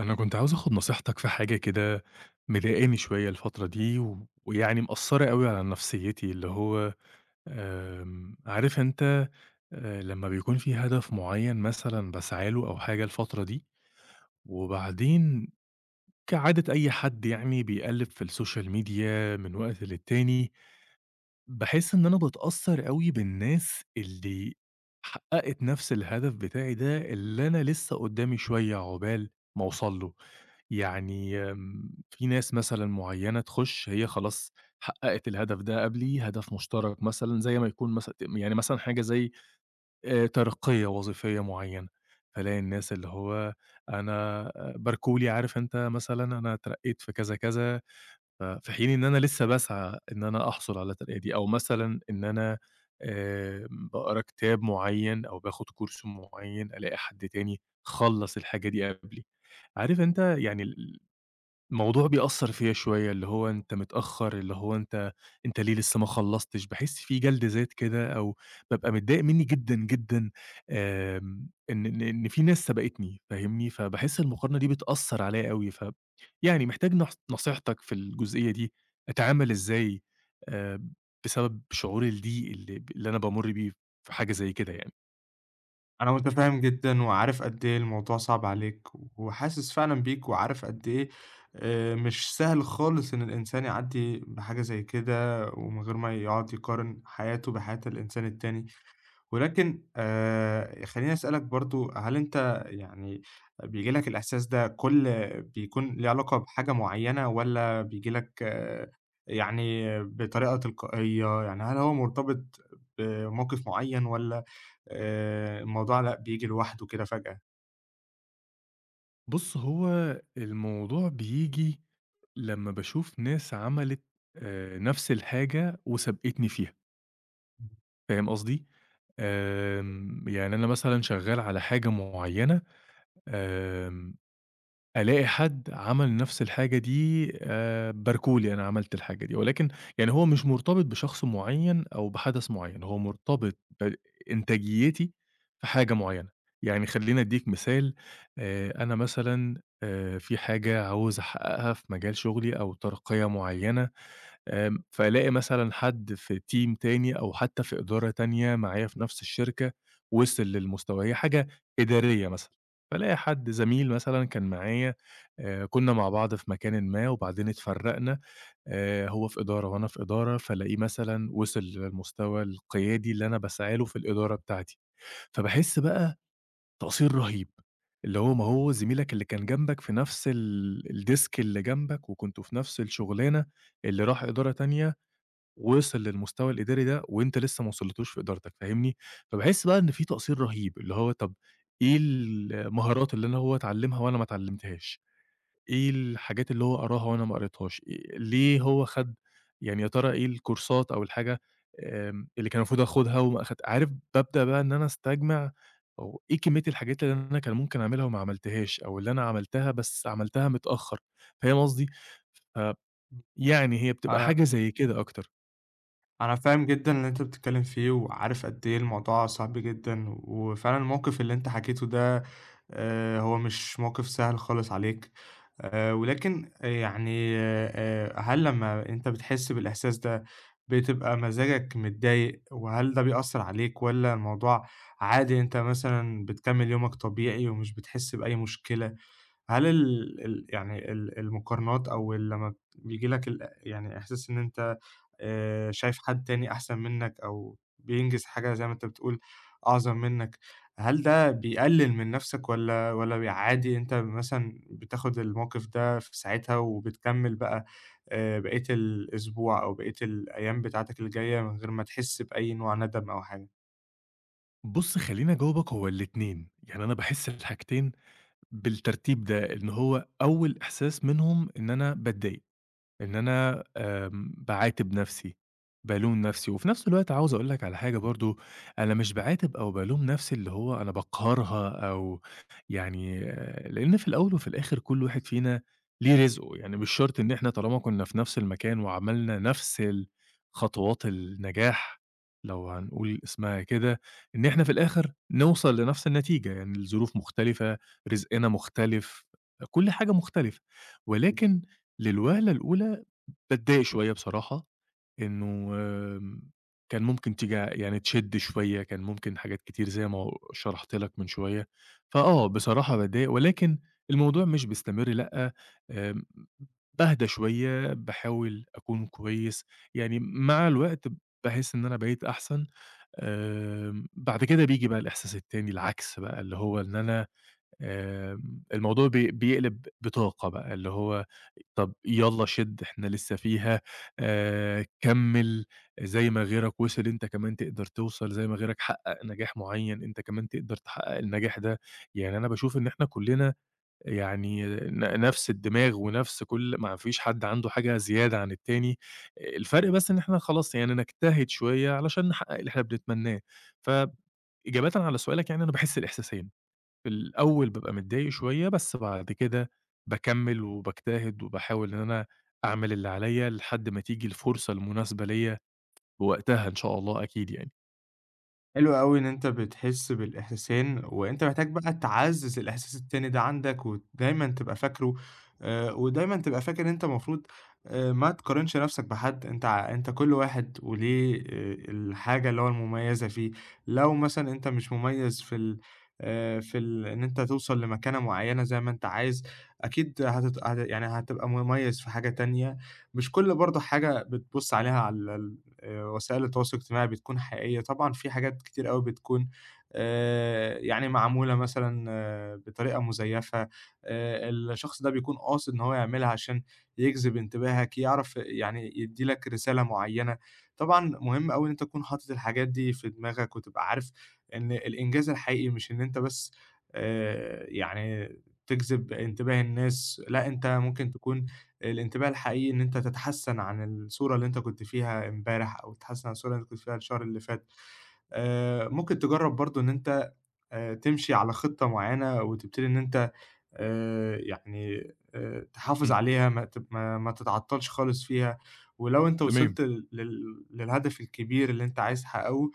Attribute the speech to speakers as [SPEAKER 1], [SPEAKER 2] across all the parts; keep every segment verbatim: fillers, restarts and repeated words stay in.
[SPEAKER 1] أنا كنت عاوز آخد نصيحتك في حاجة كده مضايقاني شوية الفترة دي، و ويعني مأثّرة أوي على نفسيّتي، اللي هو آمم، عارف أنت آآ، لمّا بيكون في هدف معيّن مثلًا باسعى له أو حاجة الفترة دي، وبعدين كعادة أي حد يعني بيقلِّب في السوشيال ميديا من وقت للتاني، باحس إن أنا باتأثّر أوي بالناس اللي حقّقت نفس الهدف بتاعي ده، اللي أنا لسه قدّامي شوية عقبال ما أوصل له. يعني آمم، في ناس مثلًا معيّنة تخُش هي خلاص حقّقت الهدف ده قبلي، هدف مشترك مثلًا زي ما يكون مثلًا يعني مثلًا حاجة زي آآ، ترقية وظيفية معيّنة، فالاقي الناس اللي هو أنا آه، باركولي عارف أنت مثلًا أنا اترقيت في كذا، كذا ف في حين إن أنا لسه باسعى إن أنا أحصل على الترقية دي، أو مثلًا إن أنا آمم باقرا كتاب معيّن أو باخد كورس معيّن، ألاقي حد تاني خلّص الحاجة دي قبلي. عارف أنت يعني ال الموضوع بيأثّر فيّا شوية، اللي هو أنت متأخّر، اللي هو أنت أنت ليه لسه ما خلّصتش، باحس في جَلد ذات كده أو بابقى متضايق منّي جدًا، جدًا، آمم، إن إن إن في ناس سبقتني فاهمني، فباحس المقارنة دي بتأثّر عليّا أوي، ف يعني محتاج نص نصيحتك في الجزئية دي، أتعامل إزاي آآ، بسبب شعور الضيق اللي ب اللي أنا بامُر بيه في حاجة زي كده يعني؟
[SPEAKER 2] أنا متفهم جدًا وعارف قد إيه الموضوع صعب عليك، وحاسس فعلًا بيك وعارف قد إيه. آآ مش سهل خالص إن الإنسان يعدّي بحاجة زي كده، ومن غير ما يقعد يقارن حياته بحياة الإنسان التاني، ولكن آآ خلّيني أسألك برضه، هل أنت يعني بييجي لك الإحساس ده كل بيكون ليه علاقة بحاجة معيّنة والّا بييجي لك يعني بطريقة تلقائية؟ يعني هل هو مرتبط بموقف معيّن والّا آآ الموضوع لأ، بييجي لوحده كده فجأة.
[SPEAKER 1] بُص، هو الموضوع بييجي لمّا باشوف ناس عملت آآ نفس الحاجة وسبقتني فيها، فاهم قصدي؟ آمم، يعني أنا مثلًا شغّال على حاجة معيّنة آمم ألاقي حد عمل نفس الحاجة دي آآ، باركوا لي أنا عملت الحاجة دي، ولكن يعني هو مش مرتبط بشخص معيّن أو بحدث معيّن، هو مرتبط بإنتاجيتي في حاجة معيّنة. يعني خلّيني أدّيك مثال، آآ، أنا مثلًا آآ، في حاجة عاوز أحققها في مجال شغلي أو ترقية معيّنة آمم، فالاقي مثلًا حد في team تاني أو حتى في إدارة تانية معايا في نفس الشركة وصل للمستوى، هي حاجة إدارية مثلًا، فالاقي حد زميل مثلًا كان معايا آآ، كنا مع بعض في مكانٍ ما وبعدين اتفرقنا آآ، هو في إدارة وأنا في إدارة، فالاقيه مثلًا وصل للمستوى القيادي اللي أنا باسعى له في الإدارة بتاعتي، فباحس بقى تقصير رهيب، اللي هو ما هو زميلك اللي كان جنبك في نفس ال الديسك اللي جنبك وكنتم في نفس الشغلانة، اللي راح إدارة تانية وصل للمستوى الإداري ده وأنت لسه ما وصلتوش في إدارتك، فاهمني؟ فباحس بقى إن في تقصير رهيب، اللي هو طب إيه المهارات اللي أنا هو اتعلّمها وأنا ما اتعلّمتهاش؟ إيه الحاجات اللي هو قراها وأنا ما قريتهاش؟ آآ ليه هو خَد يعني يا ترى إيه الكورسات أو الحاجة آمم اللي كان المفروض آخُدها وما أخد عارف بابدأ بقى إن أنا أستجمع هو إيه كمية الحاجات اللي أنا كان ممكن أعملها وما عملتهاش أو اللي أنا عملتها بس عملتها متأخّر، فاهم قصدي؟ فيعني هي بتبقى
[SPEAKER 2] أنا
[SPEAKER 1] حاجة زي كده أكتر.
[SPEAKER 2] أنا فاهم جدًا اللي أنت بتتكلّم فيه، وعارف قد إيه الموضوع صعب جدًا، وفعلًا الموقف اللي أنت حكيته ده آآ هو مش موقف سهل خالص عليك، آآ ولكن يعني آآ هل لمّا أنت بتحس بالإحساس ده بتبقى مزاجك متضايق، وهل ده بيأثّر عليك والّا الموضوع عادي أنت مثلًا بتكمّل يومك طبيعي ومش بتحس بأي مشكلة؟ هل ال ال يعني ال المقارنات أو ال لمّا بييجي لك ال يعني إحساس إن أنت آآ شايف حد تاني أحسن منّك أو بينجز حاجة زي ما أنت بتقول أعظم منّك، هل ده بيقلل من نَفْسك والّا والّا بي عادي أنت مثلًا بتاخُد الموقِف ده في ساعتها وبتكمّل بقى آآ بقية الأسبوع أو بقية الأيام بتاعتك اللي جاية من غير ما تحس بأي نوع ندم أو حاجة؟
[SPEAKER 1] بُص، خلّيني أجاوبك هو الاتنين، يعني أنا باحس الحاجتين بالترتيب ده، إن هو أول إحساس منهم إن أنا باتضايق. إن أنا آمم باعاتب نفسي، بالوم نفسي، وفي نفس الوقت عاوز أقول لك على حاجة برضه، أنا مش باعاتب أو بالوم نفسي اللي هو أنا باقهرها أو يعني آه، لإن في الأول وفي الآخر كل واحد فينا ليه رزقه، يعني مش شرط إن إحنا طالما كنا في نفس المكان وعملنا نفس ال خطوات النجاح لو هنقول اسمها كده، إن إحنا في الآخر نوصل لنفس النتيجة، يعني الظروف مختلفة، رزقنا مختلف، كل حاجة مختلفة، ولكن للوهلة الأولى باتضايق شوية بصراحة، إنه آمم، كان ممكن تيجي يعني تشِد شوية، كان ممكن حاجات كتير زي ما شرحت لك من شوية، فآه بصراحة باتضايق، ولكن الموضوع مش بيستمر لأ، آمم، باهدى شوية، باحاول أكون كويس، يعني مع الوقت باحس إن أنا بقيت أحسن، آمم، بعد كده بييجي بقى الإحساس التاني العكس بقى، اللي هو إن أنا آمم، الموضوع بي بيقلب بطاقة بقى، اللي هو طَب يالّا شِد إحنا لسه فيها، آآ، كمّل زي ما غيرك وِصل أنت كمان تقدر توصل، زي ما غيرك حقّق نجاح معيّن أنت كمان تقدر تحقّق النجاح ده، يعني أنا باشوف إن إحنا كُلّنا يعني ن نَفْس الدماغ ونَفْس كل ما فيش حد عنده حاجة زيادة عن التاني، الفرق بس إن إحنا خلاص يعني نجتهد شوية علشان نحقّق اللي إحنا بنتمناه، فإجابةً على سؤالك يعني أنا باحس الإحساسين. في الأول بابقى متضايق شوية، بس بعد كده باكمّل وباجتهد وباحاول إن أنا أعمل اللي عليّا لحد ما تيجي الفرصة المناسبة ليّا وقتها إن شاء الله أكيد يعني.
[SPEAKER 2] حلو أوي إن أنت بتحس بالإحساسين، وأنت محتاج بقى تعزّز الإحساس التاني ده عندك، ودايمًا تبقى فاكره، آآ، ودايمًا تبقى فاكر إن أنت المفروض، آآ، ما تقارنش نفسك بحد، أنت ع أنت كل واحد وليه آآ، الحاجة اللي هو المميزة فيه، لو مثلًا أنت مش مميز في ال آآ، في ال إن أنت توصل لمكانة معينة زي ما أنت عايز، أكيد هتت هت يعني هتبقى مميز في حاجة تانية، مش كل برضه حاجة بتبُص عليها على ال آآ وسائل التواصل الاجتماعي بتكون حقيقية، طبعًا في حاجات كتير أوي بتكون آآ يعني معمولة مثلًا آه، بطريقة مزيفة، آآ الشخص ده بيكون قاصد إن هو يعملها عشان يجذب انتباهك، يعرف يعني يدّي لك رسالة معيّنة، طبعًا مهم أوي إن أنت تكون حاطط الحاجات دي في دماغك، وتبقى عارف إن الإنجاز الحقيقي مش إن أنت بس آآ يعني تجذب انتباه الناس، لأ أنت ممكن تكون الانتباه الحقيقي إن أنت تتحسّن عن الصورة اللي أنت كنت فيها امبارح أو تتحسّن عن الصورة اللي أنت كنت فيها الشهر اللي فات. آآ ممكن تجرّب برضه إن أنت آآ تمشي على خِطّة معيّنة وتبتدي إن أنت آآ يعني آآ تحافظ
[SPEAKER 1] إمم،
[SPEAKER 2] عليها ما تب ما ما تتعطّلش خالص فيها، ولو أنت
[SPEAKER 1] تمام،
[SPEAKER 2] وصلت ل لل للهدف الكبير اللي أنت عايز تحقّقه،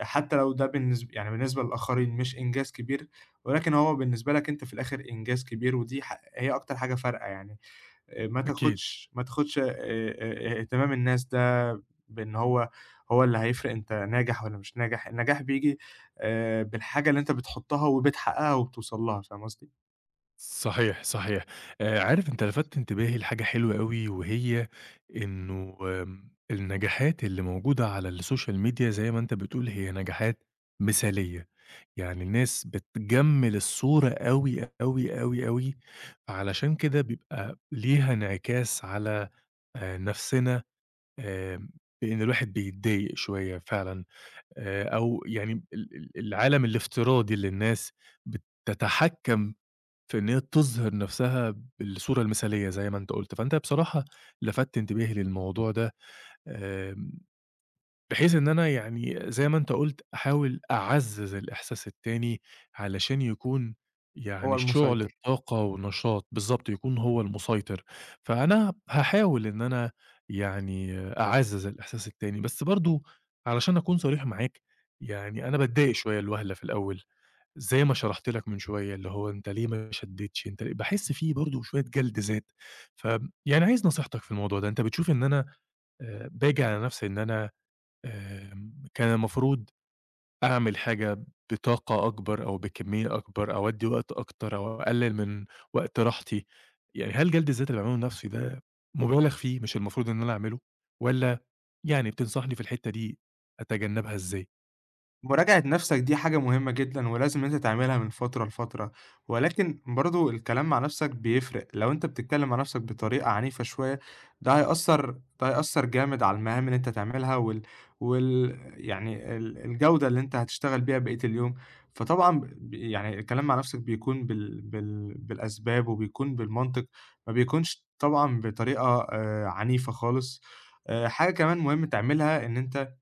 [SPEAKER 2] حتّى لو ده بالنسب يعني بالنسبة للآخرين مش إنجاز كبير، ولكن هو بالنسبة لك أنت في الآخِر إنجاز كبير ودي ح هي أكتر حاجة فارقة يعني. آآ ما
[SPEAKER 1] أكيد.
[SPEAKER 2] تاخدش ما تاخدش آآ آآ اهتمام الناس ده بإن هو هو اللي هيفرق أنت ناجح والّا مش ناجح، النجاح بييجي آآ بالحاجة اللي أنت بتحُطّها وبتحققها وبتوصل لها، فاهم قصدي؟
[SPEAKER 1] صحيح، صحيح. آآ عارف أنت لفتت انتباهي لحاجة حلوة أوي وهي إنه آمم النجاحات اللي موجودة على السوشيال ميديا زي ما أنت بتقول هي نجاحات مثالية. يعني الناس بتجمّل الصورة أوي، أوي، أوي، أوي، علشان كده بيبقى ليها انعكاس على آآ نَفْسنا آمم، بإن الواحد بيتضايق شوية فعلًا آآ، أو يعني ال ال العالم الافتراضي اللي الناس بتتحكّم في إن هي تظهر نَفْسها بالصورة المثالية زي ما أنت قُلت، فأنت بصراحة لفتت انتباهي للموضوع ده آمم بحيث إن أنا يعني زي ما أنت قُلت أحاول أعزّز الإحساس التاني علشان يكون
[SPEAKER 2] هو
[SPEAKER 1] يعني شُعلة
[SPEAKER 2] المُسيطر.
[SPEAKER 1] طاقة ونشاط، بالضبط، يكون هو المُسيطر. فأنا هاحاول إن أنا يعني أعزّز الإحساس التاني، بس برضه علشان أكون صريح معاك، يعني أنا باتضايق شوية الوهلة في الأول، زي ما شرحت لك من شوية، اللي هو أنت ليه ما شدّيتش، أنت ليه باحس فيه برضه شوية جَلد ذات. ف يعني عايز نصيحتك في الموضوع ده، أنت بتشوف إن أنا آآ باجي على نفسي إن أنا آمم، كان المفروض أعمل حاجة بطاقة أكبر أو بكمية أكبر، أودّي وقت أكتر أو أقلّل من وقت راحتي، يعني هل جلد الذات اللي باعمله لنفسي ده مُبالغ فيه مش المفروض إن أنا أعمله، والّا يعني بتنصحني في الحتّة دي أتجنّبها إزاي؟
[SPEAKER 2] مراجعة نَفْسك دي حاجة مهمة جدًا ولازم إن أنت تعملها من فترة لفترة، ولكن برضه الكلام مع نَفْسك بيفرق، لو أنت بتتكلم مع نَفْسك بطريقة عنيفة شوية ده هيأثّر ده هيأثّر جامد على المهام اللي أنت هتعملها وال وال يعني ال الجودة اللي أنت هتشتغل بيها بقية اليوم، فطبعًا ب يعني الكلام مع نَفْسك بيكون بال بال بالأسباب وبيكون بالمنطق، ما بيكونش طبعًا بطريقة آآ عنيفة خالص، آآ حاجة كمان مهم تعملها إن أنت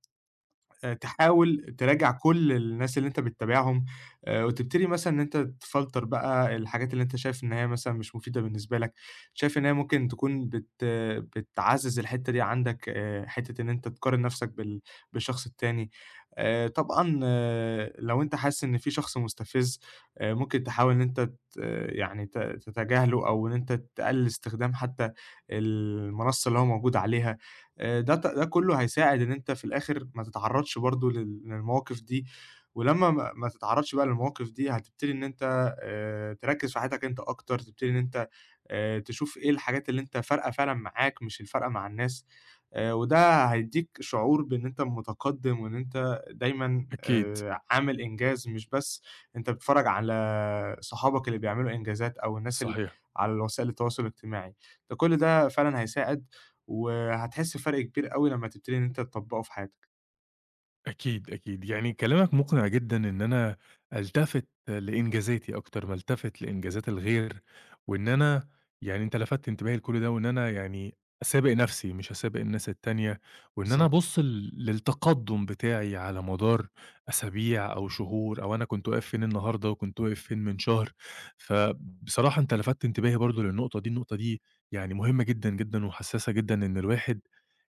[SPEAKER 2] آآ تحاول تراجع كل الناس اللي أنت بتتابعهم، آآ وتبتدي مثلًا إن أنت تفلتر بقى الحاجات اللي أنت شايف إن هي مثلًا مش مفيدة بالنسبة لك، شايف إن هي ممكن تكون بت بتعزّز الحتّة دي عندك، آآ حتّة إن أنت تقارن نفسك بال بالشخص التاني. آآ طبعًا آه، لو أنت حاسس إن في شخص مستفز، آآ ممكن تحاول إن أنت ت آه، يعني ت تتجاهله أو إن أنت تقلل استخدام حتى المنصة اللي هو موجود عليها. آآ ده ت ده كُلّه هيساعد إن أنت في الآخر ما تتعرّضش برضه لل للمواقف دي، ولمّا ما ما تتعرّضش بقى للمواقف دي هتبتدي إن أنت آآ تركّز في حياتك أنت أكتر، تبتدي إن أنت آآ تشوف إيه الحاجات اللي أنت فارقة فعلًا معاك مش الفارقة مع الناس، آآ وده هيدّيك شعور بإن أنت متقدّم وإن أنت دايمًا
[SPEAKER 1] أكيد،
[SPEAKER 2] آآ عامل إنجاز، مش بس أنت بتتفرّج على صحابك اللي بيعملوا إنجازات أو الناس ال
[SPEAKER 1] صحيح.
[SPEAKER 2] على وسائل التواصل الاجتماعي، ده كل ده فعلًا هيساعد وهتحس بفرق كبير أوي لمّا تبتدي إن أنت تطبّقه في حياتك،
[SPEAKER 1] أكيد، أكيد. يعني كلامك مقنع جدًا إن أنا ألتفت لإنجازاتي أكتر ما ألتفت لإنجازات الغير، وإن أنا يعني أنت لفتت انتباهي لكل ده، وإن أنا يعني أسابق نفسي مش أسابق الناس التانية، وإن أنا
[SPEAKER 2] بالضبط.
[SPEAKER 1] أبُص ل للتقدُّم بتاعي على مدار أسابيع أو شهور أو أنا كنت واقف فين النهارده وكنت واقف فين من شهر. فبصراحة أنت لفتت انتباهي برضه للنقطة دي، النقطة دي يعني مهمة جدًا، جدًا وحسّاسة جدًا إن الواحد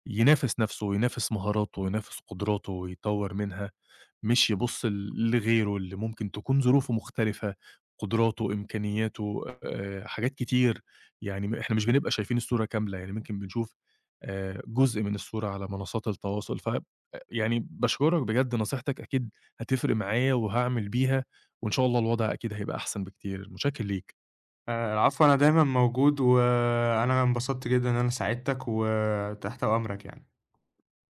[SPEAKER 1] ينافس نَفْسه، ينافس مهاراته، ينافس قدراته ويطوّر منها، مش يبُص ل لغيره اللي ممكن تكون ظروفه مختلفة، قدراته، إمكانياته، آآ حاجات كتير، يعني م إحنا مش بنبقى شايفين الصورة كاملة، يعني ممكن بنشوف آآ جزء من الصورة على منصات التواصل، ف أ يعني باشكرك بجد نصيحتك أكيد هتفرق معايا وهاعمل بيها، وإن شاء الله الوضع أكيد هيبقى أحسن بكتير، متشكّر ليك.
[SPEAKER 2] آآ العفو، أنا دايمًا موجود، وأنا انبسطت جدًا إن أنا ساعدتك، وتحت أمرك يعني.